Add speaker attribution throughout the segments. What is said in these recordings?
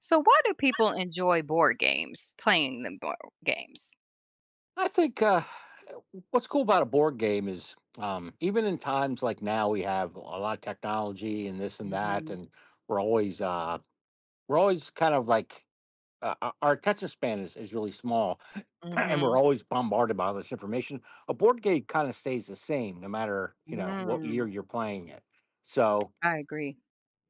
Speaker 1: So why do people enjoy board games, playing them board games?
Speaker 2: I think what's cool about a board game is even in times like now we have a lot of technology and this and that,
Speaker 1: Mhm.
Speaker 2: and we're always uh, we're always kind of like our attention span is really small, and we're
Speaker 1: Mhm.
Speaker 2: always bombarded by all this information. A board game kind of stays the same no matter you know what year
Speaker 1: Mm.
Speaker 2: you're playing it. So,
Speaker 1: I agree.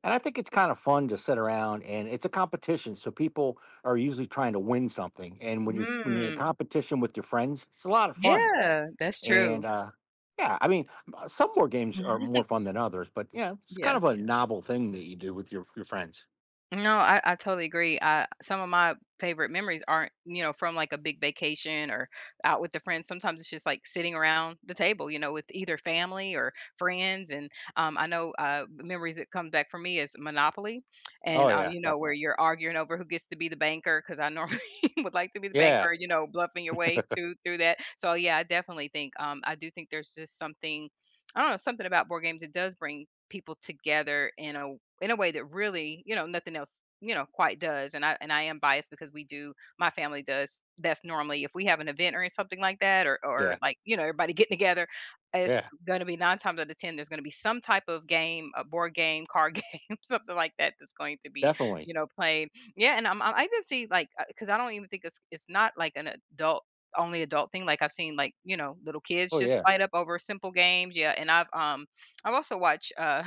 Speaker 2: and I think it's kind of fun to sit around and it's a competition. So people are usually trying to win something, and when you're in a
Speaker 1: Mm.
Speaker 2: competition with your friends, it's a lot of fun
Speaker 1: Yeah, that's
Speaker 2: and
Speaker 1: true.
Speaker 2: yeah, I mean, some board games are more fun than others, but yeah, it's kind
Speaker 1: Yeah.
Speaker 2: of a novel thing that you do with your friends.
Speaker 1: No, I totally agree. Some of my favorite memories aren't, from like a big vacation or out with the friends. Sometimes it's just like sitting around the table, with either family or friends. And I know memories that come back for me is Monopoly, and
Speaker 2: Oh yeah,
Speaker 1: where
Speaker 2: definitely.
Speaker 1: you're arguing over who gets to be the banker because I normally would like to be the
Speaker 2: Yeah,
Speaker 1: banker, bluffing your way through that. So yeah, I definitely think I do think there's just something. I don't know, something about board games. It does bring people together in a way that really, nothing else, quite does. And I am biased because we do, my family does. That's normally if we have an event or something like that, or
Speaker 2: yeah,
Speaker 1: like everybody getting together, it's
Speaker 2: yeah,
Speaker 1: going to be nine times out of ten there's going to be some type of game, a board game, card game, something like that that's going to be
Speaker 2: definitely.
Speaker 1: played. Yeah, and I even see like because I don't even think it's not like an adult only adult thing. Like I've seen like little kids
Speaker 2: Oh
Speaker 1: just
Speaker 2: yeah,
Speaker 1: light up over simple games. Yeah, and I've also watched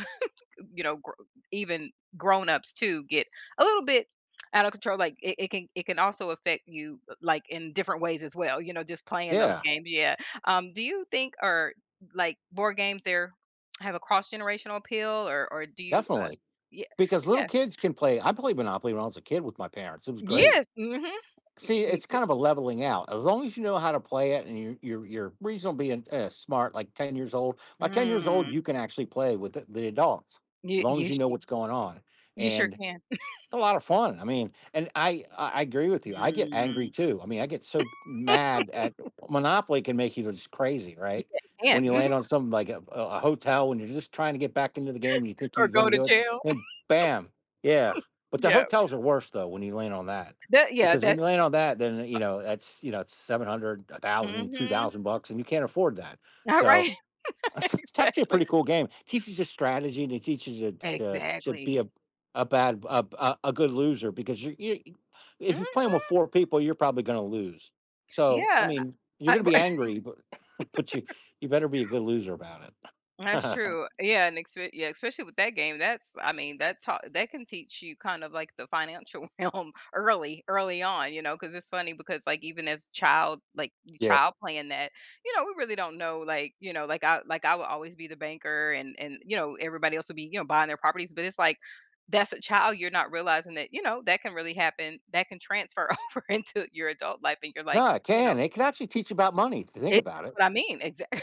Speaker 1: you know, gr- even grown-ups too get a little bit out of control. Like it can also affect you like in different ways as well, just playing those
Speaker 2: yeah,
Speaker 1: games. Yeah. Do you think or like board games there have a cross generational appeal? Or do you?
Speaker 2: definitely.
Speaker 1: Yeah,
Speaker 2: Because little
Speaker 1: yeah,
Speaker 2: kids can play. I played Monopoly when I was a kid with my parents. It was great.
Speaker 1: yes, mm-hmm,
Speaker 2: See,
Speaker 1: me
Speaker 2: it's
Speaker 1: too.
Speaker 2: kind of a leveling out. As long as you know how to play it and you're reasonably smart, like 10 years old. By 10 years old,
Speaker 1: Mm.
Speaker 2: you can actually play with the adults, as
Speaker 1: You
Speaker 2: long as
Speaker 1: you
Speaker 2: you know
Speaker 1: sh-
Speaker 2: what's going on.
Speaker 1: you sure
Speaker 2: And
Speaker 1: can.
Speaker 2: It's a lot of fun. I mean, and I agree with you. I get angry
Speaker 1: Mm.
Speaker 2: too. I mean, I get so mad at Monopoly. Can make you just crazy, right?
Speaker 1: Yeah, you can.
Speaker 2: When you
Speaker 1: Mhm.
Speaker 2: land on something like a hotel, when you're just trying to get back into the game, and you think
Speaker 1: Or
Speaker 2: you're going
Speaker 1: go
Speaker 2: to
Speaker 1: to
Speaker 2: do it,
Speaker 1: jail.
Speaker 2: and bam, yeah. But the
Speaker 1: Yeah.
Speaker 2: hotels are worse though when you land on that,
Speaker 1: That Yeah,
Speaker 2: because when
Speaker 1: that's.
Speaker 2: you land on that, then you know that's, you know, it's 700, a
Speaker 1: Mm.
Speaker 2: thousand, two
Speaker 1: Mhm.
Speaker 2: thousand bucks, and you can't afford that.
Speaker 1: All
Speaker 2: So
Speaker 1: right.
Speaker 2: it's actually a pretty
Speaker 1: Exactly.
Speaker 2: cool game. Teaches you strategy and it teaches you to be
Speaker 1: Exactly.
Speaker 2: a a good loser because you if
Speaker 1: Mm,
Speaker 2: you're playing with 4 people, you're probably going to lose. So I
Speaker 1: yeah,
Speaker 2: mean, you're
Speaker 1: I
Speaker 2: going to be
Speaker 1: right,
Speaker 2: angry, but but you better be a good loser about
Speaker 1: that's
Speaker 2: it.
Speaker 1: true. Yeah, and especially with that game, that's I mean, that can teach you kind of like the financial realm early on, because it's funny because, like, even as child like, the
Speaker 2: Yeah,
Speaker 1: child playing that, we really don't know, like, like, I would always be the banker and everybody else would be, buying their properties, but it's like, that's a child, you're not realizing that, that can really happen, that can transfer over into your adult life, and you're like,
Speaker 2: no, it
Speaker 1: you know,
Speaker 2: can. It can actually teach you about money. To think
Speaker 1: it
Speaker 2: about it.
Speaker 1: what I mean, exactly.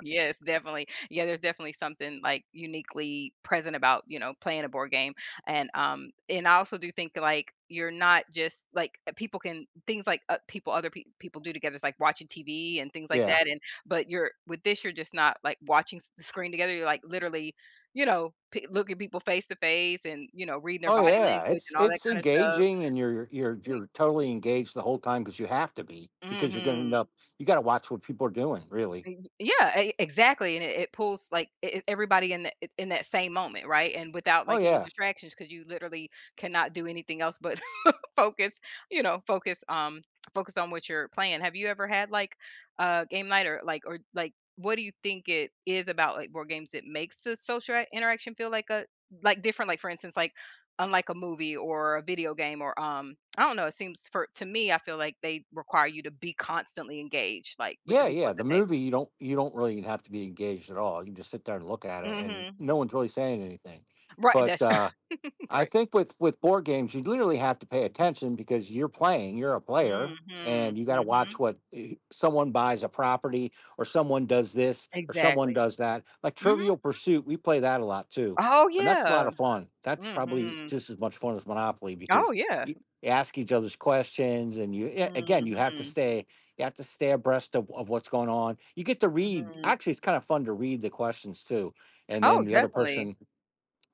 Speaker 1: Yes, definitely. Yeah, there's definitely something like uniquely present about, playing a board game. And I also do think like you're not just like people can things like people people do together is like watching TV and things like
Speaker 2: Yeah.
Speaker 1: that and but you're with this you're just not like watching the screen together you're like literally, looking people face to face and, reading their
Speaker 2: Oh
Speaker 1: body
Speaker 2: yeah,
Speaker 1: language
Speaker 2: it's
Speaker 1: and all that kind of stuff.
Speaker 2: engaging, and you're totally engaged the whole time because you have to be because you're going to end
Speaker 1: Mhm.
Speaker 2: up. You got to watch what people are doing, really.
Speaker 1: Y yeah, e exactly, and it pulls, like, e e everybody in the in that same moment, right? And without,
Speaker 2: Oh
Speaker 1: like, any
Speaker 2: yeah.
Speaker 1: distractions, because you literally cannot do anything else but focus, focus, focus on what you're playing. Have you ever had, like, game night or, like, what do you think it is about, like, board games that makes the social interaction feel like, different? Like, for instance, like, unlike a movie or a video game or, I don't know, it seems for to me, I feel like they require you to be constantly engaged, like, with the
Speaker 2: Yeah,
Speaker 1: people
Speaker 2: yeah.
Speaker 1: at
Speaker 2: The
Speaker 1: the table.
Speaker 2: movie you don't really have to be engaged at all. You can just sit there and look at it, and
Speaker 1: Mhm.
Speaker 2: no one's really saying anything.
Speaker 1: Right,
Speaker 2: But
Speaker 1: that's
Speaker 2: I
Speaker 1: right.
Speaker 2: think with board games, you literally have to pay attention because you're playing. You're a player,
Speaker 1: Mhm,
Speaker 2: and you got to watch
Speaker 1: mhm.
Speaker 2: what someone buys a property, or someone does this, or someone
Speaker 1: Exactly.
Speaker 2: does that. Like Trivial
Speaker 1: Mhm.
Speaker 2: Pursuit, we play that a lot too,
Speaker 1: Oh,
Speaker 2: and that's a lot
Speaker 1: yeah.
Speaker 2: of fun. That's probably
Speaker 1: Mhm.
Speaker 2: just as much fun as Monopoly
Speaker 1: Oh,
Speaker 2: because
Speaker 1: yeah.
Speaker 2: you you ask each other's questions, and you again, you have to
Speaker 1: Mhm,
Speaker 2: stay, you have to stay abreast of what's going on. You get to read.
Speaker 1: mhm.
Speaker 2: Actually, it's kind of fun to read the questions too, and then
Speaker 1: Oh,
Speaker 2: the other
Speaker 1: definitely.
Speaker 2: person,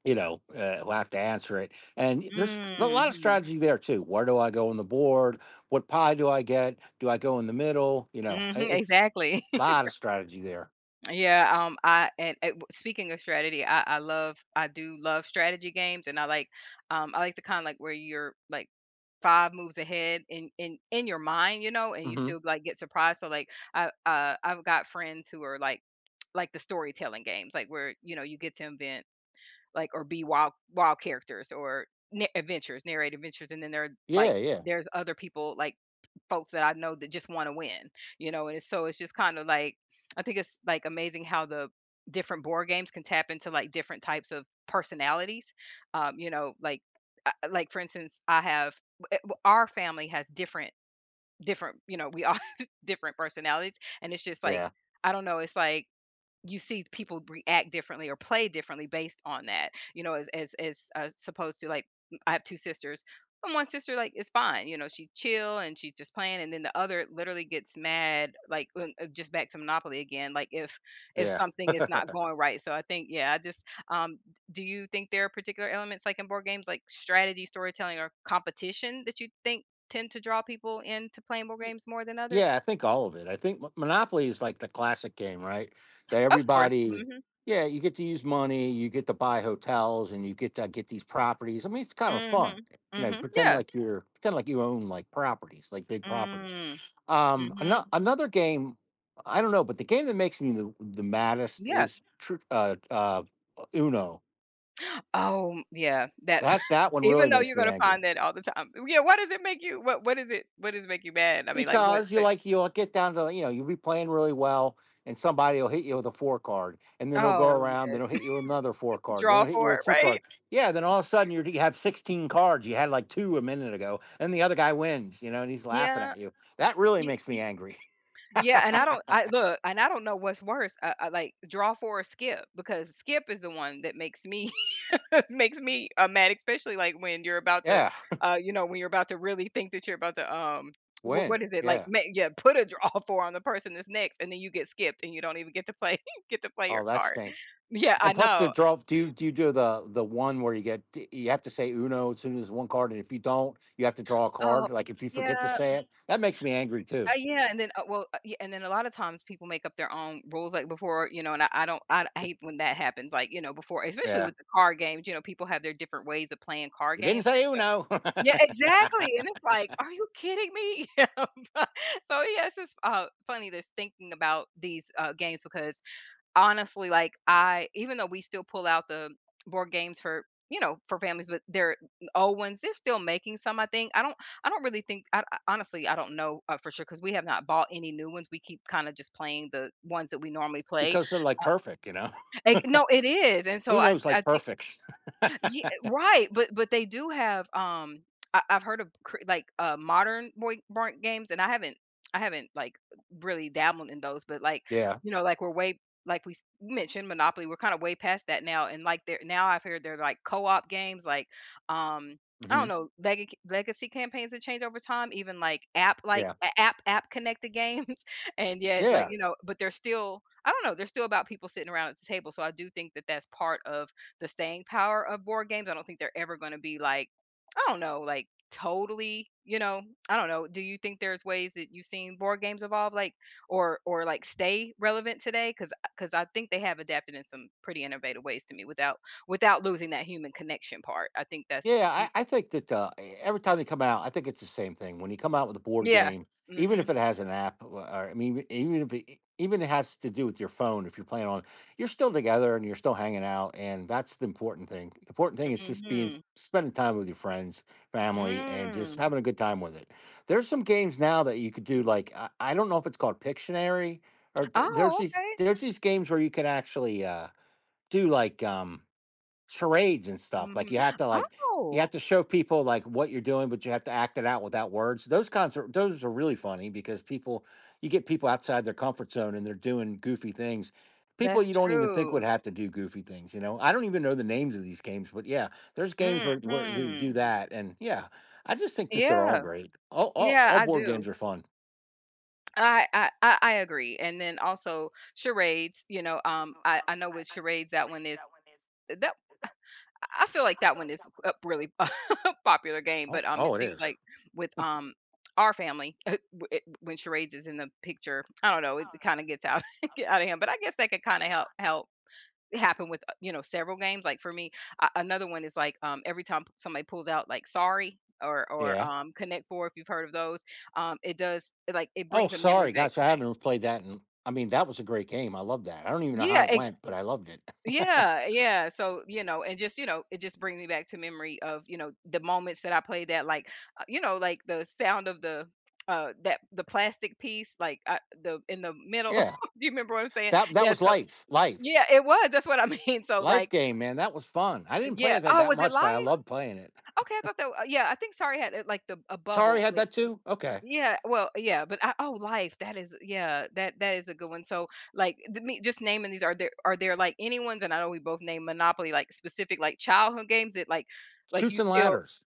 Speaker 2: you know, who have to answer it. And there's a lot of
Speaker 1: Mhm,
Speaker 2: strategy there too. Where do I go on the board? What pie do I get? Do I go in the middle? You know,
Speaker 1: mhm,
Speaker 2: it's
Speaker 1: exactly.
Speaker 2: a lot of strategy there.
Speaker 1: Yeah, speaking of strategy, I do love strategy games, and I like the kind like where you're like five moves ahead in your mind, and you
Speaker 2: Hmm.
Speaker 1: still like get surprised. So like I've got friends who are like like the storytelling games, like where you get to invent like or be wild characters or narrate adventures, and then
Speaker 2: Yeah,
Speaker 1: like
Speaker 2: yeah,
Speaker 1: there's other people like folks that I know that just want to win, and so it's just kind of like I think it's like amazing how the different board games can tap into like different types of personalities, um, you know, like like for instance, I have w- w- our family has different we all different personalities and it's just like
Speaker 2: yeah,
Speaker 1: I don't know it's like you see people react differently or play differently based on that, as supposed to like I have two sisters and one sister like is fine, she chill and she's just playing and then the other literally gets mad like just back to Monopoly again like if
Speaker 2: yeah.
Speaker 1: something is not going right. So I think, yeah I just um do you think there are particular elements like in board games like strategy storytelling or competition that you think tend to draw people into playing board games more than others?
Speaker 2: Yeah, I think all of it. I think Monopoly is like the classic game, right? That
Speaker 1: Of course.
Speaker 2: everybody,
Speaker 1: Hmm.
Speaker 2: yeah, you get to use money, you get to buy hotels, and you get to get these properties. I mean, it's kind of
Speaker 1: Hmm.
Speaker 2: fun, you know.
Speaker 1: Hmm. Yeah.
Speaker 2: Pretend like you own like properties, like big properties.
Speaker 1: Mm. Mhm.
Speaker 2: Another game, I don't know, but the game that makes me the maddest
Speaker 1: Yeah.
Speaker 2: is Uno.
Speaker 1: Oh, yeah. That's
Speaker 2: That's that one
Speaker 1: even
Speaker 2: really
Speaker 1: though
Speaker 2: makes
Speaker 1: you're
Speaker 2: me
Speaker 1: gonna
Speaker 2: angry.
Speaker 1: find that all the time. Yeah, What does it make you what is it what does it make you mad? I mean, like, what
Speaker 2: Because you,
Speaker 1: what
Speaker 2: like, you'll get down to, you know, you'll be playing really well, and somebody will hit you with a four card, and then it'll go
Speaker 1: Oh,
Speaker 2: around, then it'll
Speaker 1: yes.
Speaker 2: hit you with another four card, then
Speaker 1: Draw
Speaker 2: it'll hit you
Speaker 1: for
Speaker 2: with a
Speaker 1: it,
Speaker 2: two card.
Speaker 1: right?
Speaker 2: Yeah, then all of a sudden you have 16 cards. You had like two a minute ago, and the other guy wins. You know, and he's laughing
Speaker 1: Yeah.
Speaker 2: at you. That really
Speaker 1: Ye
Speaker 2: makes me angry.
Speaker 1: yeah, and I look, and I don't know what's worse, I like, draw for or skip, because skip is the one that makes me it makes me, mad, especially, like, when you're about to,
Speaker 2: Yeah,
Speaker 1: when you're about to really think that you're about to, wh
Speaker 2: win.
Speaker 1: what is it, like,
Speaker 2: Yeah.
Speaker 1: put a draw for on the person that's next, and then you get skipped, and you don't even get to play get to play
Speaker 2: Oh,
Speaker 1: your
Speaker 2: that
Speaker 1: card.
Speaker 2: stinks.
Speaker 1: Yeah, I
Speaker 2: And plus the
Speaker 1: know.
Speaker 2: draw. Do you do the one where you get, you have to say Uno as soon as one card, and if you don't, you have to draw a
Speaker 1: Oh,
Speaker 2: card. Like if you forget to
Speaker 1: yeah,
Speaker 2: say it, that makes me angry too.
Speaker 1: yeah, and then, well, yeah, and then a lot of times people make up their own rules, like, before, and I don't I hate when that happens, like, before especially
Speaker 2: Yeah.
Speaker 1: with the card games, people have their different ways of playing card
Speaker 2: You didn't
Speaker 1: games.
Speaker 2: say Uno.
Speaker 1: Yeah, exactly, and it's like, "Are you kidding me?" Yeah, but so, yes, it's, funny just thinking about these, games because honestly, like, I even though we still pull out the board games for, for families, but they're old ones, they're still making some, I think. I don't really think I honestly, I don't know, for sure, because we have not bought any new ones. We keep kinda just playing the ones that we normally play.
Speaker 2: Because they're like perfect, you know.
Speaker 1: Like no, it is, and so
Speaker 2: Uno's like
Speaker 1: I
Speaker 2: perfect.
Speaker 1: Ye right, but they do have, I've heard of cr like, modern boy board games, and I haven't, like, really dabbled in those, but, like,
Speaker 2: Yeah.
Speaker 1: like, we're way we s mentioned Monopoly, we're kinda way past that now, and, like, there now I've heard they're, like, co-op games, like, um, I
Speaker 2: Hmm.
Speaker 1: don't know, legacy campaigns that change over time, even, like,
Speaker 2: Yeah.
Speaker 1: app-connected games, and yet, like,
Speaker 2: Yeah.
Speaker 1: but they're still I don't know, they're still about people sitting around at the table, so I do think that that's part of the staying power of board games. I don't think they're ever going to be like, I don't know, like totally, I don't know. Do you think there's ways that you've seen board games evolve like or like stay relevant today cuz I think they have adapted in some pretty innovative ways to me without losing that human connection part. I think that's
Speaker 2: Yeah, I think that every time they come out, I think it's the same thing. When you come out with a board
Speaker 1: yeah.
Speaker 2: game, even if
Speaker 1: Mhm.
Speaker 2: it has an app, or I mean, even if even it has to do with your phone, if you're playing on, you're still together and you're still hanging out, and that's the important thing. The important thing is just being
Speaker 1: Mhm.
Speaker 2: spending time with your friends, family, and just
Speaker 1: Mm.
Speaker 2: having a good time with it. There's some games now that you could do, like I don't know if it's called Pictionary there's
Speaker 1: Oh, okay.
Speaker 2: these games where you can actually do like charades and stuff.
Speaker 1: Mm.
Speaker 2: Like
Speaker 1: Mhm.
Speaker 2: you have to like, you
Speaker 1: Oh,
Speaker 2: have to show people like what you're doing, but you have to act it out without words. Those kinds are, those are really funny because people, you get people outside their comfort zone and they're doing goofy things. People
Speaker 1: that's
Speaker 2: you don't even think
Speaker 1: true.
Speaker 2: would have to do goofy things, you know. I don't even know the names of these games, but yeah, there's games
Speaker 1: Mm.
Speaker 2: where they do
Speaker 1: Mhm.
Speaker 2: that, and yeah, I just think that they're all
Speaker 1: Yeah.
Speaker 2: great.
Speaker 1: Yeah,
Speaker 2: All
Speaker 1: I
Speaker 2: board
Speaker 1: do.
Speaker 2: games are fun.
Speaker 1: I agree, and then also charades. I know with charades that one is that I feel like that one is a really popular game, but
Speaker 2: Oh, oh,
Speaker 1: it
Speaker 2: it
Speaker 1: seems
Speaker 2: is.
Speaker 1: like with our family when charades is in the picture, I don't know, it kind of gets out get out of hand. But I guess that could kind of help happen with several games. Like for me, another one is like every time somebody pulls out like Sorry or
Speaker 2: Yeah.
Speaker 1: Connect Four, if you've heard of those, it does it, like it
Speaker 2: Oh,
Speaker 1: brings a memory
Speaker 2: sorry,
Speaker 1: back.
Speaker 2: gosh, I haven't played that, and I mean that was a great game. I love that. I don't even know
Speaker 1: Yeah,
Speaker 2: how it went, but I loved it.
Speaker 1: yeah, yeah. So, and just, it just brings me back to memory of, the moments that I played that, like, like the sound of the that the plastic piece, like I, the in the middle. Do
Speaker 2: Yeah,
Speaker 1: you remember what I'm saying?
Speaker 2: that that
Speaker 1: Yeah,
Speaker 2: was
Speaker 1: so yeah, it was. That's what I mean. So
Speaker 2: life
Speaker 1: like,
Speaker 2: game, man. That was fun. I didn't play
Speaker 1: yeah.
Speaker 2: it
Speaker 1: Oh,
Speaker 2: that
Speaker 1: was it
Speaker 2: much,
Speaker 1: live?
Speaker 2: but I loved playing it.
Speaker 1: Okay, I thought that. Yeah, I think Sorry had it like the a
Speaker 2: Atari
Speaker 1: bubble,
Speaker 2: had
Speaker 1: like
Speaker 2: that too. Okay,
Speaker 1: yeah, well, yeah, but I oh, Life, that is, yeah, that is a good one. So, like me just naming these, are there like any ones, and I know we both name Monopoly, like specific like childhood games that,
Speaker 2: shoots
Speaker 1: you
Speaker 2: and
Speaker 1: still
Speaker 2: ladders.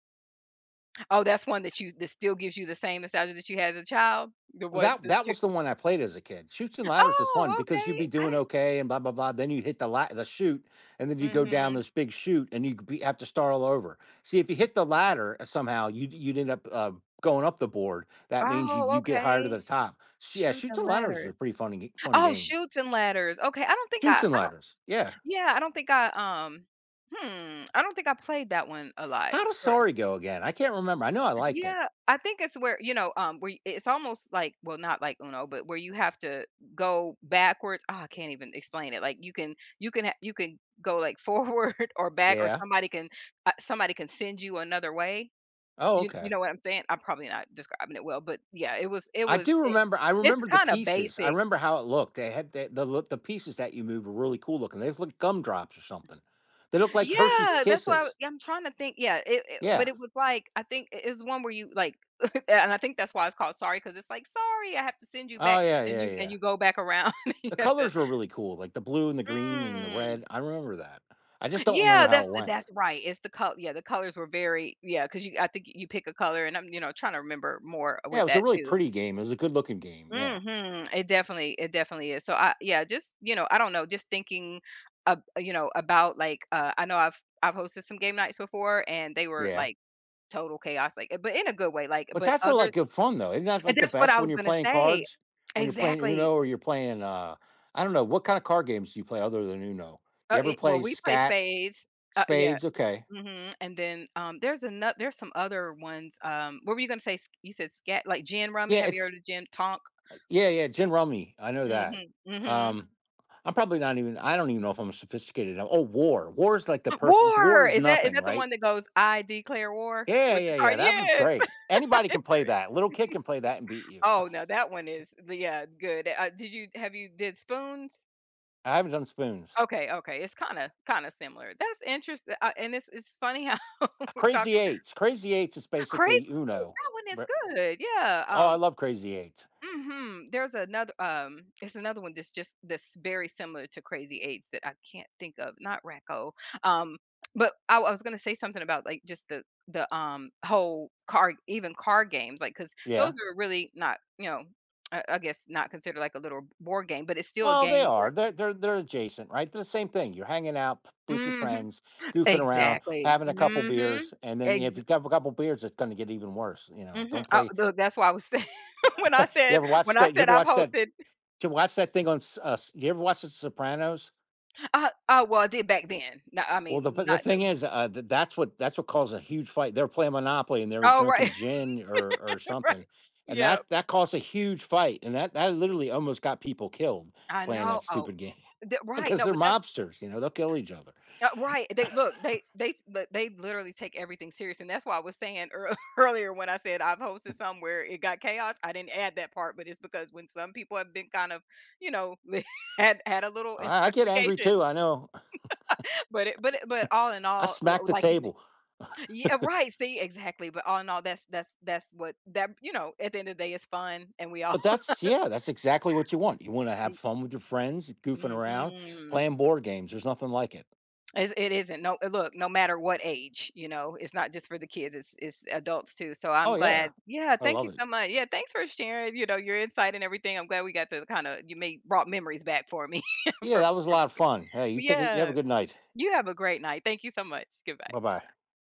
Speaker 1: oh, that's one that you that still gives you the same nostalgia that you had as a child? The
Speaker 2: Well,
Speaker 1: what
Speaker 2: that
Speaker 1: the
Speaker 2: that was the one I played as a kid. Shoots and ladders was fun
Speaker 1: Oh,
Speaker 2: because you'd be
Speaker 1: okay. I
Speaker 2: doing
Speaker 1: didn't.
Speaker 2: okay and blah blah blah. Then you hit the chute, and then you go down
Speaker 1: Mhm.
Speaker 2: this big chute, and have to start all over. See, if you hit the ladder somehow, you'd end up going up the board. That means you,
Speaker 1: Oh,
Speaker 2: you get higher to
Speaker 1: okay.
Speaker 2: the top. Yeah,
Speaker 1: Truth
Speaker 2: shoots
Speaker 1: and
Speaker 2: and ladders was a
Speaker 1: Ladders.
Speaker 2: pretty funny fun
Speaker 1: Oh,
Speaker 2: game.
Speaker 1: Shoots and Ladders. Okay. I don't think I
Speaker 2: Shoots and
Speaker 1: I don't,
Speaker 2: ladders. Yeah.
Speaker 1: yeah, I don't think I I don't think I played that one a lot.
Speaker 2: How does Sorry go again? I can't remember. I know I liked it.
Speaker 1: Yeah, I think it's where, where it's almost like, well, not like Uno, but where you have to go backwards. Ah, I can't even explain it. Like you can go, like, forward or back, or
Speaker 2: Yeah.
Speaker 1: somebody can send you another way.
Speaker 2: Oh,
Speaker 1: You
Speaker 2: okay.
Speaker 1: know what I'm saying? I'm probably not describing it well, but yeah,
Speaker 2: I do remember. I
Speaker 1: it's
Speaker 2: remember the
Speaker 1: kind of
Speaker 2: pieces. I
Speaker 1: basic.
Speaker 2: remember how it looked. They had the pieces that you moved were really cool looking. They looked like gumdrops or something. They looked like Hershey's
Speaker 1: Yeah, that's why I,
Speaker 2: Kisses.
Speaker 1: yeah, I'm trying to think. Yeah, it but
Speaker 2: Yeah.
Speaker 1: it was like, I think it is one where you, like, and I think that's why it's called Sorry, because it's like, sorry, I have to send you
Speaker 2: Oh
Speaker 1: back,
Speaker 2: yeah,
Speaker 1: and
Speaker 2: yeah,
Speaker 1: you and
Speaker 2: yeah.
Speaker 1: you go back around and you
Speaker 2: The
Speaker 1: have to
Speaker 2: colors were really cool, like the blue and the green and the
Speaker 1: mm,
Speaker 2: red. I remember that. I just don't remember
Speaker 1: yeah,
Speaker 2: how
Speaker 1: that's
Speaker 2: it went.
Speaker 1: that's right, it's the color, yeah, the colors were very, yeah, because you, I think you pick a color, and I'm, trying to remember more
Speaker 2: Yeah, it
Speaker 1: with
Speaker 2: was a
Speaker 1: that
Speaker 2: really
Speaker 1: too.
Speaker 2: pretty game. It was a good looking game. Yeah.
Speaker 1: Hmm, it definitely is, so I, yeah, just, I don't know, just thinking about like, I know I've hosted some game nights before and they were
Speaker 2: Yeah.
Speaker 1: like total chaos, like, but in a good way, like,
Speaker 2: But
Speaker 1: but
Speaker 2: that's a lot
Speaker 1: others
Speaker 2: good fun though. Isn't that
Speaker 1: and
Speaker 2: like the
Speaker 1: that's what
Speaker 2: best
Speaker 1: I
Speaker 2: when
Speaker 1: was
Speaker 2: you're
Speaker 1: gonna
Speaker 2: playing
Speaker 1: say.
Speaker 2: cards? When you're playing
Speaker 1: Exactly.
Speaker 2: Uno or you're playing I don't know, what kind of card games do you play other than Uno? Do you ever
Speaker 1: It, well,
Speaker 2: play
Speaker 1: we play
Speaker 2: Scat,
Speaker 1: spades. Yeah.
Speaker 2: Spades? Okay.
Speaker 1: Mhm, and then, there's another, there's some other ones, what were you gonna say? S you said scat, like gin rummy,
Speaker 2: Yeah,
Speaker 1: have you
Speaker 2: it's
Speaker 1: heard of gin tonk?
Speaker 2: yeah, yeah, Gin Rummy. I know that.
Speaker 1: Mhm, mhm.
Speaker 2: Um I'm probably not even, I don't even know if I'm sophisticated enough. Oh, war. War is like the perfect, war
Speaker 1: War!
Speaker 2: is
Speaker 1: Is that is
Speaker 2: nothing,
Speaker 1: that the
Speaker 2: right?
Speaker 1: one that goes, "I declare war"
Speaker 2: Yeah,
Speaker 1: with the
Speaker 2: yeah, yeah.
Speaker 1: card?
Speaker 2: That was
Speaker 1: Yes.
Speaker 2: great. Anybody can play
Speaker 1: Enter it.
Speaker 2: that. Little kid can play that and beat you.
Speaker 1: Oh, no, that one is, yeah, good. Did you have, you did spoons?
Speaker 2: I haven't done spoons.
Speaker 1: Okay, okay, it's kinda similar. That's interesting, and it's funny how we're
Speaker 2: Crazy
Speaker 1: talking
Speaker 2: eights. Crazy eights is
Speaker 1: crazy,
Speaker 2: basically Uno.
Speaker 1: that one is good, yeah,
Speaker 2: Oh, I love Crazy Eights.
Speaker 1: mhm, there's another, it's another one that's just that's very similar to Crazy Eights that I can't think of, not Racco, um, but I was gonna say something about, like, just whole card, even card games, like, because those
Speaker 2: Yeah.
Speaker 1: are really not, you know, I guess, not considered like a little board game, but it's still a
Speaker 2: Well, they
Speaker 1: game
Speaker 2: are.
Speaker 1: where.
Speaker 2: They're they're adjacent, right? They're the same thing. You're hanging out with your
Speaker 1: Mhm.
Speaker 2: friends, goofing around,
Speaker 1: Exactly.
Speaker 2: having a couple
Speaker 1: Mm. Mhm.
Speaker 2: beers, and then
Speaker 1: Ex
Speaker 2: if you have a couple beers, it's going to get even worse. You know,
Speaker 1: Mm. Mhm.
Speaker 2: don't play.
Speaker 1: Tho that's why I was saying
Speaker 2: You ever watch
Speaker 1: when I
Speaker 2: that? You
Speaker 1: said
Speaker 2: ever
Speaker 1: I've
Speaker 2: watch that?
Speaker 1: hosted.
Speaker 2: To watch that thing on, you ever watch The Sopranos?
Speaker 1: Well, I did back then. No, I
Speaker 2: Well,
Speaker 1: mean,
Speaker 2: the
Speaker 1: not no.
Speaker 2: thing is, that's what, that's what caused a huge fight. They were playing Monopoly and they were
Speaker 1: Oh,
Speaker 2: drinking
Speaker 1: right,
Speaker 2: gin or
Speaker 1: right.
Speaker 2: something, and
Speaker 1: Yeah.
Speaker 2: that, that caused a huge fight, and that, that literally almost got people killed
Speaker 1: I
Speaker 2: playing
Speaker 1: know.
Speaker 2: that
Speaker 1: Oh,
Speaker 2: stupid game.
Speaker 1: th right.
Speaker 2: Because
Speaker 1: No,
Speaker 2: they're
Speaker 1: but that's
Speaker 2: mobsters. You know, they'll kill each other.
Speaker 1: right. They look, they li they literally take everything serious, and that's why I was saying ear earlier when I said I've hosted somewhere, it got chaos. I didn't add that part, but it's because when some people have been kind of, you know, had a little
Speaker 2: I get angry
Speaker 1: intoxication,
Speaker 2: too. I know.
Speaker 1: but all in
Speaker 2: I
Speaker 1: all,
Speaker 2: smack
Speaker 1: w
Speaker 2: the
Speaker 1: like you.
Speaker 2: table.
Speaker 1: Yeah, right. See, exactly. But all in all, that's what that, you know. At the end of the day, it's fun, and we all.
Speaker 2: But that's, yeah, that's exactly what you want. You want to have fun with your friends, goofing around,
Speaker 1: Mhm.
Speaker 2: playing board games. There's nothing like it.
Speaker 1: It's, it isn't. No, look. No matter what age, you know, it's not just for the kids. It's adults too. So
Speaker 2: Oh
Speaker 1: I'm
Speaker 2: yeah,
Speaker 1: glad. Yeah.
Speaker 2: I
Speaker 1: Thank
Speaker 2: love
Speaker 1: you
Speaker 2: it.
Speaker 1: so much. Yeah. Thanks for sharing. You know, your insight and everything. I'm glad we got to kind of you made brought memories back for me.
Speaker 2: Yeah, that was a
Speaker 1: From
Speaker 2: lot
Speaker 1: the
Speaker 2: of fun. Hey, you take it. You have a
Speaker 1: yeah.
Speaker 2: good night.
Speaker 1: You have a great night. Thank you so much. Goodbye.
Speaker 2: Bye bye.